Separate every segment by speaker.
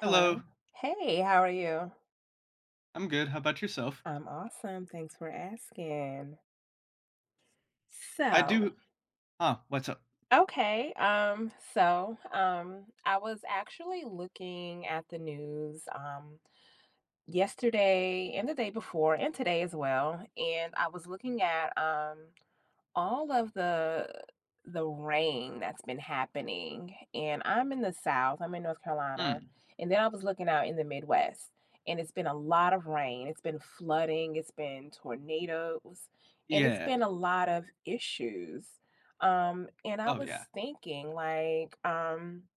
Speaker 1: Hello.
Speaker 2: Hey, how are you?
Speaker 1: I'm good. How about yourself?
Speaker 2: I'm awesome. Thanks for asking.
Speaker 1: I
Speaker 2: So,
Speaker 1: do Huh, what's up?
Speaker 2: okay. I was actually looking at the news, yesterday and the day before and today as well, and I was looking at, all of the rain that's been happening and I'm in the South, I'm in North Carolina,
Speaker 1: Mm,
Speaker 2: and then I was looking out in the Midwest and it's been a lot of rain. It's been flooding, it's been tornadoes, and it's
Speaker 1: yeah.
Speaker 2: been a lot of issues. And I
Speaker 1: Oh,
Speaker 2: was
Speaker 1: yeah.
Speaker 2: thinking like,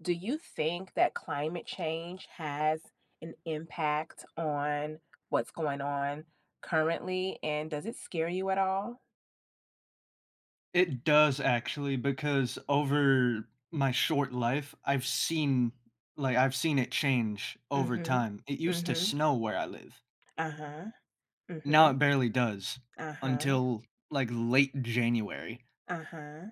Speaker 2: do you think that climate change has an impact on what's going on currently? And does it scare you at all?
Speaker 1: It does actually because over my short life, I've seen I've seen it change over
Speaker 2: Mm-hmm.
Speaker 1: time. It used to
Speaker 2: Mm-hmm.
Speaker 1: snow where I live.
Speaker 2: Uh-huh.
Speaker 1: Now
Speaker 2: Mm-hmm.
Speaker 1: it barely does
Speaker 2: Uh-huh.
Speaker 1: until, like, late January.
Speaker 2: Uh-huh.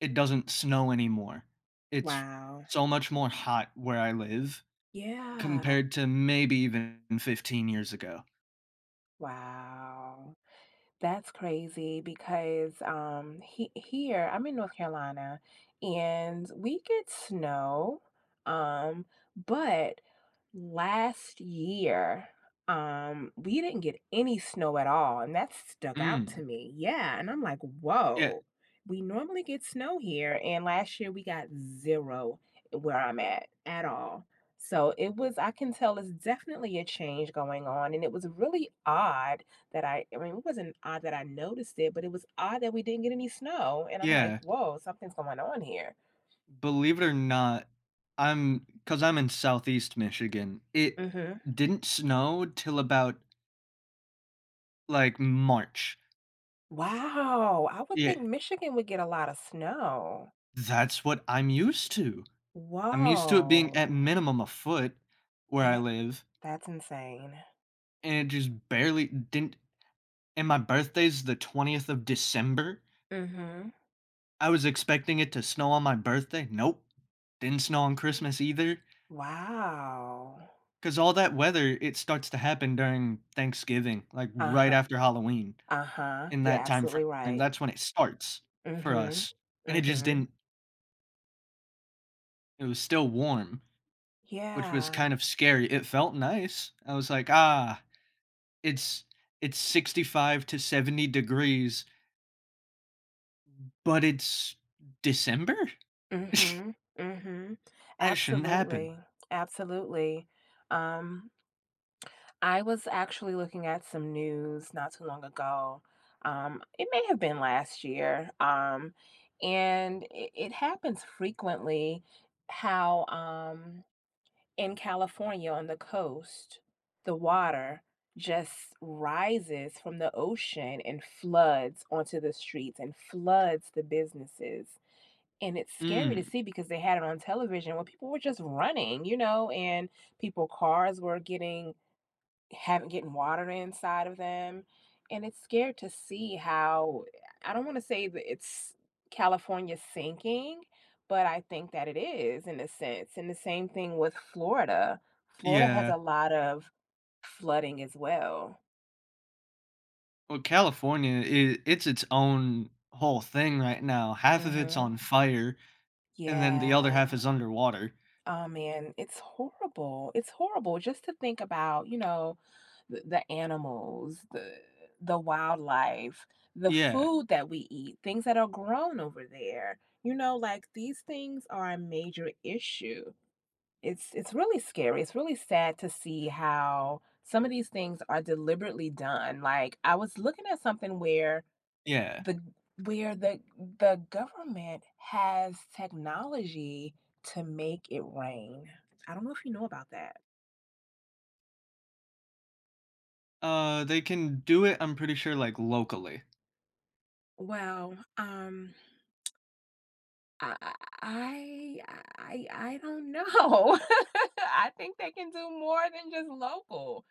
Speaker 1: It doesn't snow anymore. It's
Speaker 2: Wow.
Speaker 1: so much more hot where I live
Speaker 2: Yeah.
Speaker 1: compared to maybe even 15 years ago.
Speaker 2: Wow. That's crazy because he here I'm in North Carolina and we get snow um but last year, we didn't get any snow at all, and that stuck out to
Speaker 1: Mm.
Speaker 2: me. Yeah, and I'm like,
Speaker 1: Yeah.
Speaker 2: whoa, we normally get snow here, and last year we got zero where I'm at all. So it was, I can tell it's definitely a change going on. And it was really odd that I mean, it wasn't odd that I noticed it, but it was odd that we didn't get any snow. And I'm
Speaker 1: Yeah.
Speaker 2: like, whoa, something's going on here.
Speaker 1: Believe it or not, I am because 'cause I'm in Southeast Michigan, it
Speaker 2: hmm
Speaker 1: didn't snow till about, like, March.
Speaker 2: Wow, I would
Speaker 1: Yeah,
Speaker 2: think Michigan would get a lot of snow.
Speaker 1: that's what I'm used to. I'm used to it being at
Speaker 2: Whoa!
Speaker 1: minimum a foot where I
Speaker 2: Yeah,
Speaker 1: live,
Speaker 2: that's insane.
Speaker 1: and it just barely didn't and my birthday's the 20th of December.
Speaker 2: Mhm.
Speaker 1: I was expecting it to snow on my birthday. Nope. Didn't snow on Christmas either. Cause
Speaker 2: Wow.
Speaker 1: all that weather, it starts to happen during Thanksgiving, like, right
Speaker 2: Uh-huh,
Speaker 1: after Halloween.
Speaker 2: uh-huh.
Speaker 1: In
Speaker 2: You're
Speaker 1: that time
Speaker 2: absolutely
Speaker 1: frame,
Speaker 2: right.
Speaker 1: that's when it starts for
Speaker 2: Mhm.
Speaker 1: us, and it just
Speaker 2: Mhm.
Speaker 1: didn't it was still warm, which was
Speaker 2: Yeah.
Speaker 1: kind of scary. It felt nice. I was like, "Ah, it's it's 65 to 70 degrees, but it's December?
Speaker 2: Mhm. Mhm.
Speaker 1: That shouldn't happen."
Speaker 2: Absolutely. Absolutely. Um, I was actually looking at some news not too long ago. It may have been last year. And it happens frequently how, um in California on the coast, the water just rises from the ocean and floods onto the streets and floods the businesses. And it's scary to
Speaker 1: Mm,
Speaker 2: see because they had it on television where people were just running, you know, and people cars were getting haven't getting water inside of them, and it's scared to see how I don't wanna say that it's California sinking, but I think that it is in a sense, and the same thing with Florida. Florida has
Speaker 1: yeah.
Speaker 2: a lot of flooding as well.
Speaker 1: Well, California, I it's its own whole thing right now. Half of it's
Speaker 2: Mhm.
Speaker 1: on fire, and then the other
Speaker 2: Yeah.
Speaker 1: half is underwater.
Speaker 2: Oh man, it's horrible. It's horrible just to think about, you know, the animals, the wildlife, the
Speaker 1: Yeah,
Speaker 2: food that we eat, things that are grown over there. You know, like these things are a major issue. It's really scary. It's really sad to see how some of these things are deliberately done. Like I was looking at something where
Speaker 1: yeah.
Speaker 2: the where the the government has technology to make it rain. I don't know if you know about that.
Speaker 1: They can do it, I'm pretty sure, like, locally.
Speaker 2: Well, I I I don't know. I think they can do more than just local.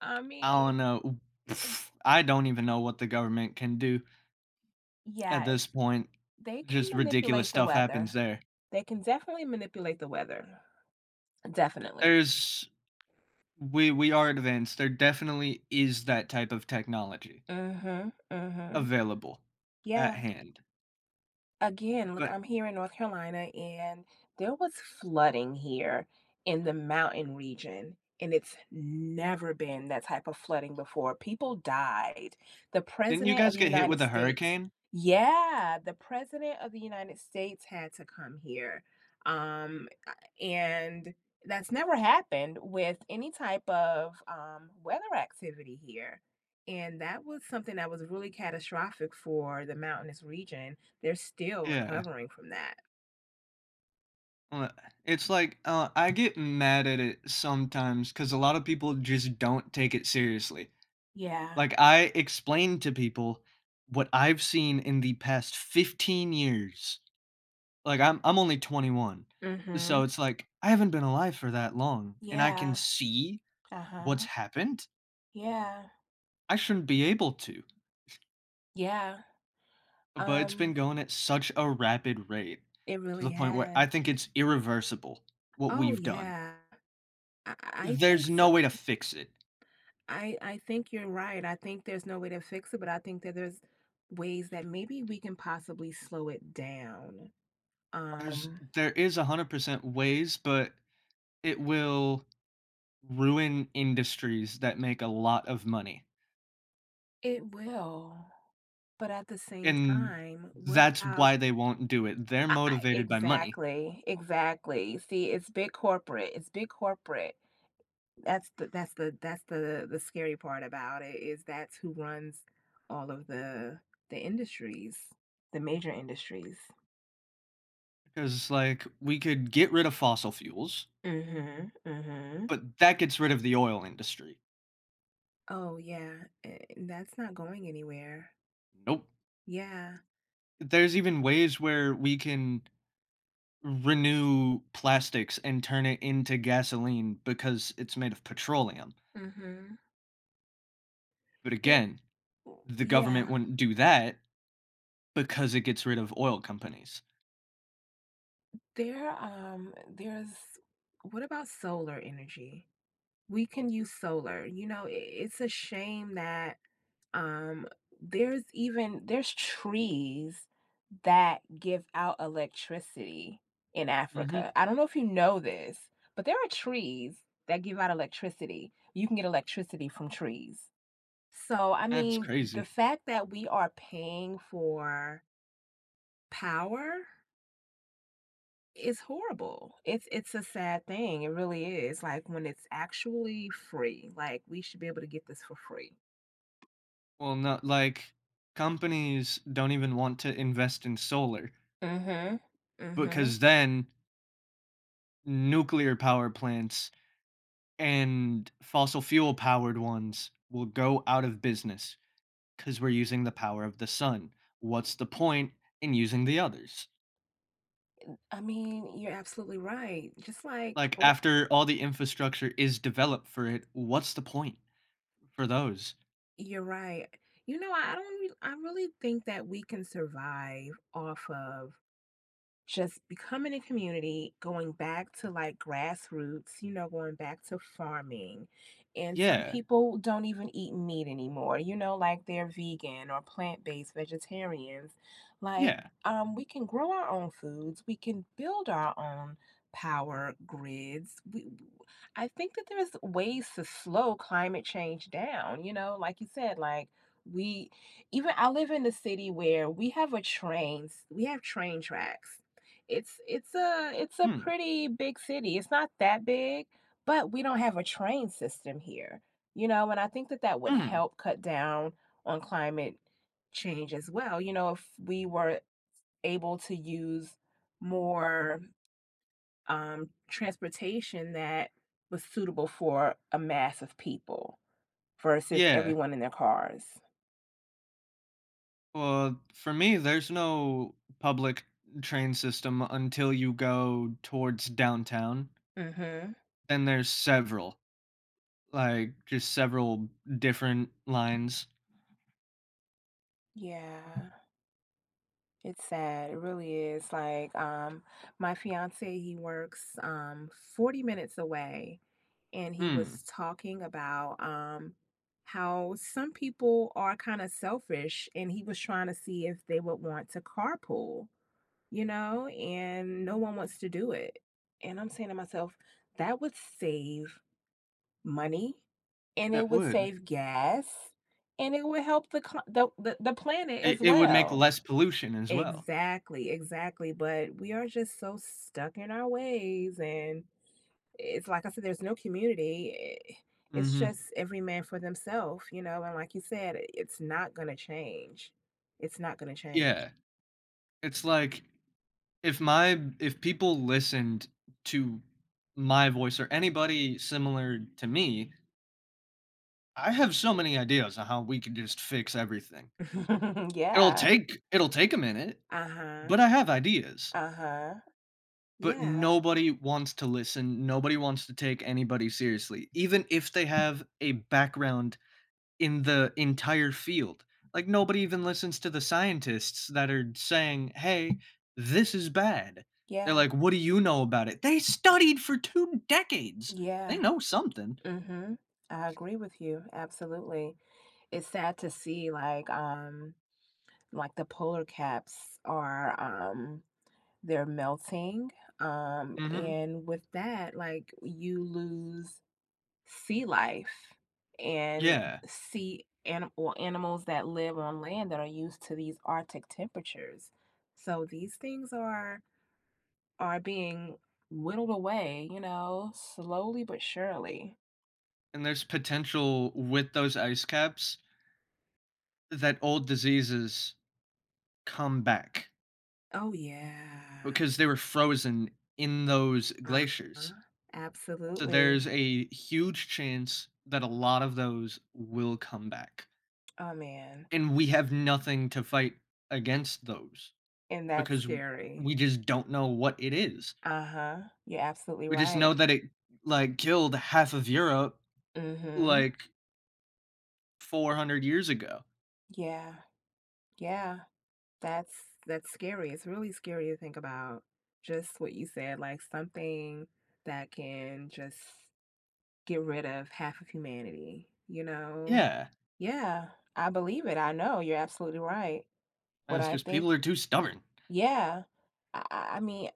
Speaker 2: I
Speaker 1: I
Speaker 2: mean,
Speaker 1: don't know.
Speaker 2: eh,
Speaker 1: Pff, I don't even know what the government can do at
Speaker 2: yes,
Speaker 1: this point.
Speaker 2: they can
Speaker 1: Just ridiculous
Speaker 2: manipulate the
Speaker 1: stuff happens
Speaker 2: weather.
Speaker 1: there.
Speaker 2: They can definitely manipulate the weather. Definitely.
Speaker 1: There's we are advanced. There definitely is that type of technology
Speaker 2: Mhm. Mhm.
Speaker 1: available at
Speaker 2: Yeah.
Speaker 1: hand.
Speaker 2: Again, look,
Speaker 1: But
Speaker 2: I'm here in North Carolina and there was flooding here in the mountain region, and it's never been that type of flooding before. People died. The
Speaker 1: didn't you
Speaker 2: president of
Speaker 1: guys
Speaker 2: the
Speaker 1: get hit with
Speaker 2: United
Speaker 1: a
Speaker 2: States,
Speaker 1: hurricane?
Speaker 2: yeah, the president of the United States had to come here. Um, and that's never happened with any type of weather activity here. And that was something that was really catastrophic for the mountainous region they're still
Speaker 1: Yeah.
Speaker 2: recovering from that.
Speaker 1: Well, it's like I get mad at it sometimes because a lot of people just don't take it seriously.
Speaker 2: Yeah.
Speaker 1: Like I explain to people what I've seen in the past 15 years. Like, I'm only 21, so
Speaker 2: Mhm.
Speaker 1: it's like, I haven't been alive for that long, and I can
Speaker 2: Yeah.
Speaker 1: see
Speaker 2: Uh-huh.
Speaker 1: what's happened.
Speaker 2: Yeah.
Speaker 1: I shouldn't be able to,
Speaker 2: Yeah.
Speaker 1: but it's been
Speaker 2: Um.
Speaker 1: going at such a rapid rate
Speaker 2: It
Speaker 1: to the
Speaker 2: really
Speaker 1: point where I
Speaker 2: has.
Speaker 1: think it's irreversible, what
Speaker 2: Oh
Speaker 1: we've done.
Speaker 2: yeah. I think
Speaker 1: There's no
Speaker 2: so.
Speaker 1: way to fix it.
Speaker 2: I think you're right. I think there's no way to fix it, but I think that there's ways that maybe we can possibly slow it down.
Speaker 1: There's
Speaker 2: Um.
Speaker 1: there is 100% ways, but it will ruin industries that make a lot of money,
Speaker 2: It will. But at the same
Speaker 1: and
Speaker 2: time, what
Speaker 1: that's
Speaker 2: about
Speaker 1: why they won't do it. They're motivated by money.
Speaker 2: exactly, exactly. See, it's big corporate. It's big corporate. That's the scary part about it is that's who runs all of the industries, the major industries.
Speaker 1: Because like we could get rid of fossil fuels,
Speaker 2: Mhm. Mhm.
Speaker 1: but that gets rid of the oil industry.
Speaker 2: Oh, yeah, a that's not going anywhere.
Speaker 1: Nope.
Speaker 2: Yeah.
Speaker 1: There's even ways where we can renew plastics and turn it into gasoline because it's made of petroleum.
Speaker 2: Mhm.
Speaker 1: But
Speaker 2: Well,
Speaker 1: again,
Speaker 2: w
Speaker 1: the government
Speaker 2: yeah.
Speaker 1: wouldn't do that because it gets rid of oil companies.
Speaker 2: There, there's What about solar energy? We can use solar, you know, I it's a shame that Um, there's trees that give out electricity in
Speaker 1: Hmm.
Speaker 2: Africa. I don't know if you know this, but there are trees that give out electricity. You can get electricity from trees. So, I
Speaker 1: That's
Speaker 2: mean, the
Speaker 1: crazy.
Speaker 2: fact that we are paying for power is horrible. It's a sad thing. It really is. Like when it's actually free, like we should be able to get this for free.
Speaker 1: Well, not like companies don't even want to invest in solar
Speaker 2: Mhm. Mhm.
Speaker 1: because then nuclear power plants and fossil fuel powered ones will go out of business because we're using the power of the sun. What's the point in using the others?
Speaker 2: I mean, you're absolutely right. Just like,
Speaker 1: Like,
Speaker 2: oh,
Speaker 1: after all the infrastructure is developed for it, what's the point for those?
Speaker 2: you're right. You know, I don't, re- I really think that we can survive off of just becoming a community, going back to, like, grassroots, you know, going back to farming, and some
Speaker 1: Yeah,
Speaker 2: people don't even eat meat anymore, you know, like, they're vegan or plant-based vegetarians. Like,
Speaker 1: yeah,
Speaker 2: we can grow our own foods, we can build our own power grids. We w I think that there's ways to slow climate change down, you know, like you said, like, we even I live in the city where we have train tracks. It's a
Speaker 1: mm,
Speaker 2: pretty big city. It's not that big, but we don't have a train system here, you know, and I think that that would
Speaker 1: mm,
Speaker 2: help cut down on climate change as well. You know, if we were able to use more transportation that was suitable for a mass of people versus
Speaker 1: yeah.
Speaker 2: everyone in their cars.
Speaker 1: Well, for me, there's no public train system until you go towards downtown.
Speaker 2: Mhm.
Speaker 1: Then there's several, like, just several different lines.
Speaker 2: Yeah. It's sad. It really is. Like, my fiance, he works 40 minutes away, and he
Speaker 1: Mm,
Speaker 2: was talking about how some people are kind of selfish, and he was trying to see if they would want to carpool, you know, and no one wants to do it. And I'm saying to myself, that would save money, and it
Speaker 1: that
Speaker 2: would
Speaker 1: would.
Speaker 2: save gas, and it would help the co- the planet
Speaker 1: It
Speaker 2: as
Speaker 1: it would make
Speaker 2: well.
Speaker 1: less pollution as well.
Speaker 2: Exactly, exactly, but we are just so stuck in our ways, and it's like I said, there's no community. Eh, It's
Speaker 1: Mhm.
Speaker 2: just every man for themself, you know, and like you said, it's not gonna change. It's not gonna change.
Speaker 1: Yeah. It's like, if people listened to my voice or anybody similar to me, I have so many ideas on how we could just fix everything. It'll
Speaker 2: Yeah.
Speaker 1: take it'll take a minute, but
Speaker 2: Uh-huh.
Speaker 1: I have ideas.
Speaker 2: Uh-huh.
Speaker 1: But
Speaker 2: Yeah.
Speaker 1: nobody wants to listen, nobody wants to take anybody seriously, even if they have a background in the entire field. Like nobody even listens to the scientists that are saying, "Hey, this is bad." They're
Speaker 2: Yeah.
Speaker 1: like, "What do you know about it?" They studied for 2 decades. They
Speaker 2: Yeah.
Speaker 1: know something.
Speaker 2: Mm-hmm. I agree with you. Absolutely. It's sad to see like the polar caps are they're melting,
Speaker 1: Mhm.
Speaker 2: and with that, like, you lose sea life and
Speaker 1: Yeah,
Speaker 2: animals that live on land that are used to these Arctic temperatures. So these things are being whittled away, you know, slowly but surely.
Speaker 1: and there's potential with those ice caps that old diseases come back
Speaker 2: Oh, yeah.
Speaker 1: because they were frozen in those
Speaker 2: Uh-huh.
Speaker 1: glaciers. So
Speaker 2: Absolutely.
Speaker 1: there's a huge chance that a lot of those will come back.
Speaker 2: Oh, man.
Speaker 1: And we have nothing to fight against those
Speaker 2: And that's
Speaker 1: because
Speaker 2: scary.
Speaker 1: we just don't know what it is.
Speaker 2: Uh-huh. You're absolutely
Speaker 1: We just know
Speaker 2: right.
Speaker 1: that it, like, killed half of Europe,
Speaker 2: Mhm.
Speaker 1: like, 400 years ago.
Speaker 2: Yeah. Yeah, that's that's scary. It's really scary to think about just what you said, like something that can just get rid of half of humanity, you know?
Speaker 1: Yeah,
Speaker 2: Yeah, I believe it. I know you're absolutely right.
Speaker 1: and
Speaker 2: But
Speaker 1: it's
Speaker 2: I
Speaker 1: just people
Speaker 2: think,
Speaker 1: are too stubborn.
Speaker 2: yeah, I mean,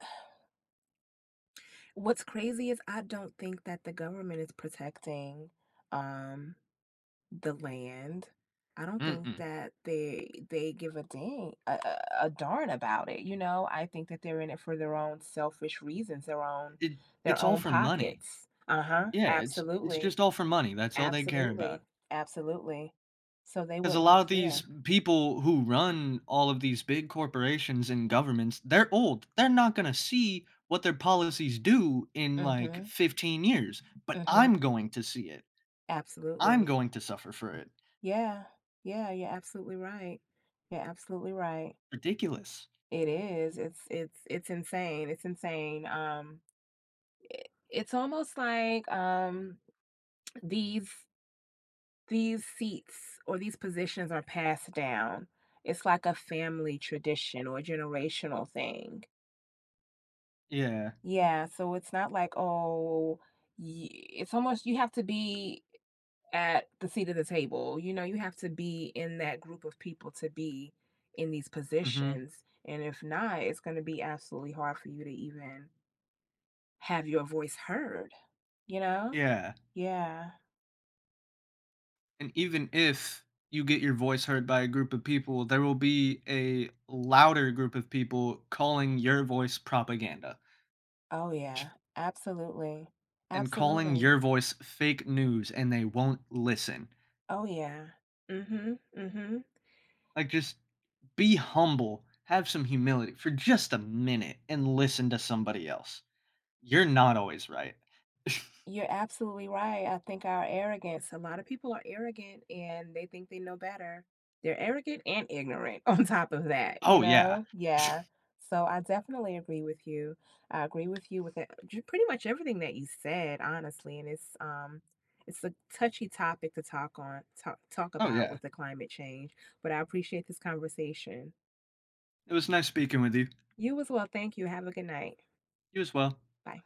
Speaker 2: what's crazy is I don't think that the government is protecting um the land. I don't think
Speaker 1: Mm-mm.
Speaker 2: that they give a dang a darn about it, you know? I think that they're in it for their own selfish reasons,
Speaker 1: It
Speaker 2: their
Speaker 1: it's all
Speaker 2: own
Speaker 1: for money.
Speaker 2: pockets. Uh-huh.
Speaker 1: Yeah, it's
Speaker 2: Absolutely.
Speaker 1: just all for money, that's all they care
Speaker 2: Absolutely.
Speaker 1: about.
Speaker 2: Absolutely. So they
Speaker 1: Because a lot of
Speaker 2: wouldn't
Speaker 1: these
Speaker 2: care.
Speaker 1: people who run all of these big corporations and governments, they're old. They're not going to see what their policies do in like
Speaker 2: Mhm.
Speaker 1: 15 years, but
Speaker 2: Mhm.
Speaker 1: I'm going to see it. I'm
Speaker 2: Absolutely.
Speaker 1: going to suffer for it.
Speaker 2: Yeah. Yeah, you're absolutely right. You're absolutely right.
Speaker 1: Ridiculous.
Speaker 2: It is. It's insane. It's insane. It, it's almost like these seats or these positions are passed down. It's like a family tradition or generational thing.
Speaker 1: Yeah.
Speaker 2: Yeah, so it's not like, oh, it's almost you have to be at the seat of the table. You know, you have to be in that group of people to be in these
Speaker 1: Hmm.
Speaker 2: positions. And if not, it's going to be absolutely hard for you to even have your voice heard, you know?
Speaker 1: Yeah.
Speaker 2: Yeah.
Speaker 1: And even if you get your voice heard by a group of people, there will be a louder group of people calling your voice propaganda
Speaker 2: Oh, yeah. Absolutely.
Speaker 1: and calling
Speaker 2: Absolutely.
Speaker 1: your voice fake news, and they won't listen.
Speaker 2: Oh, yeah. Mhm, mhm.
Speaker 1: Like, just be humble, have some humility for just a minute and listen to somebody else. You're not always right.
Speaker 2: You're absolutely right. I think our arrogance a lot of people are arrogant and they think they know better. They're arrogant and ignorant on top of that, you
Speaker 1: Oh, yeah.
Speaker 2: know? Yeah. So, I definitely agree with you. I agree with you with, j pretty much everything that you said, honestly, and it's a touchy topic to talk on talk talk
Speaker 1: Oh,
Speaker 2: about
Speaker 1: yeah.
Speaker 2: with the climate change, but I appreciate this conversation.
Speaker 1: It was nice speaking with you.
Speaker 2: You as well, thank you. Have a good night.
Speaker 1: You as well.
Speaker 2: Bye.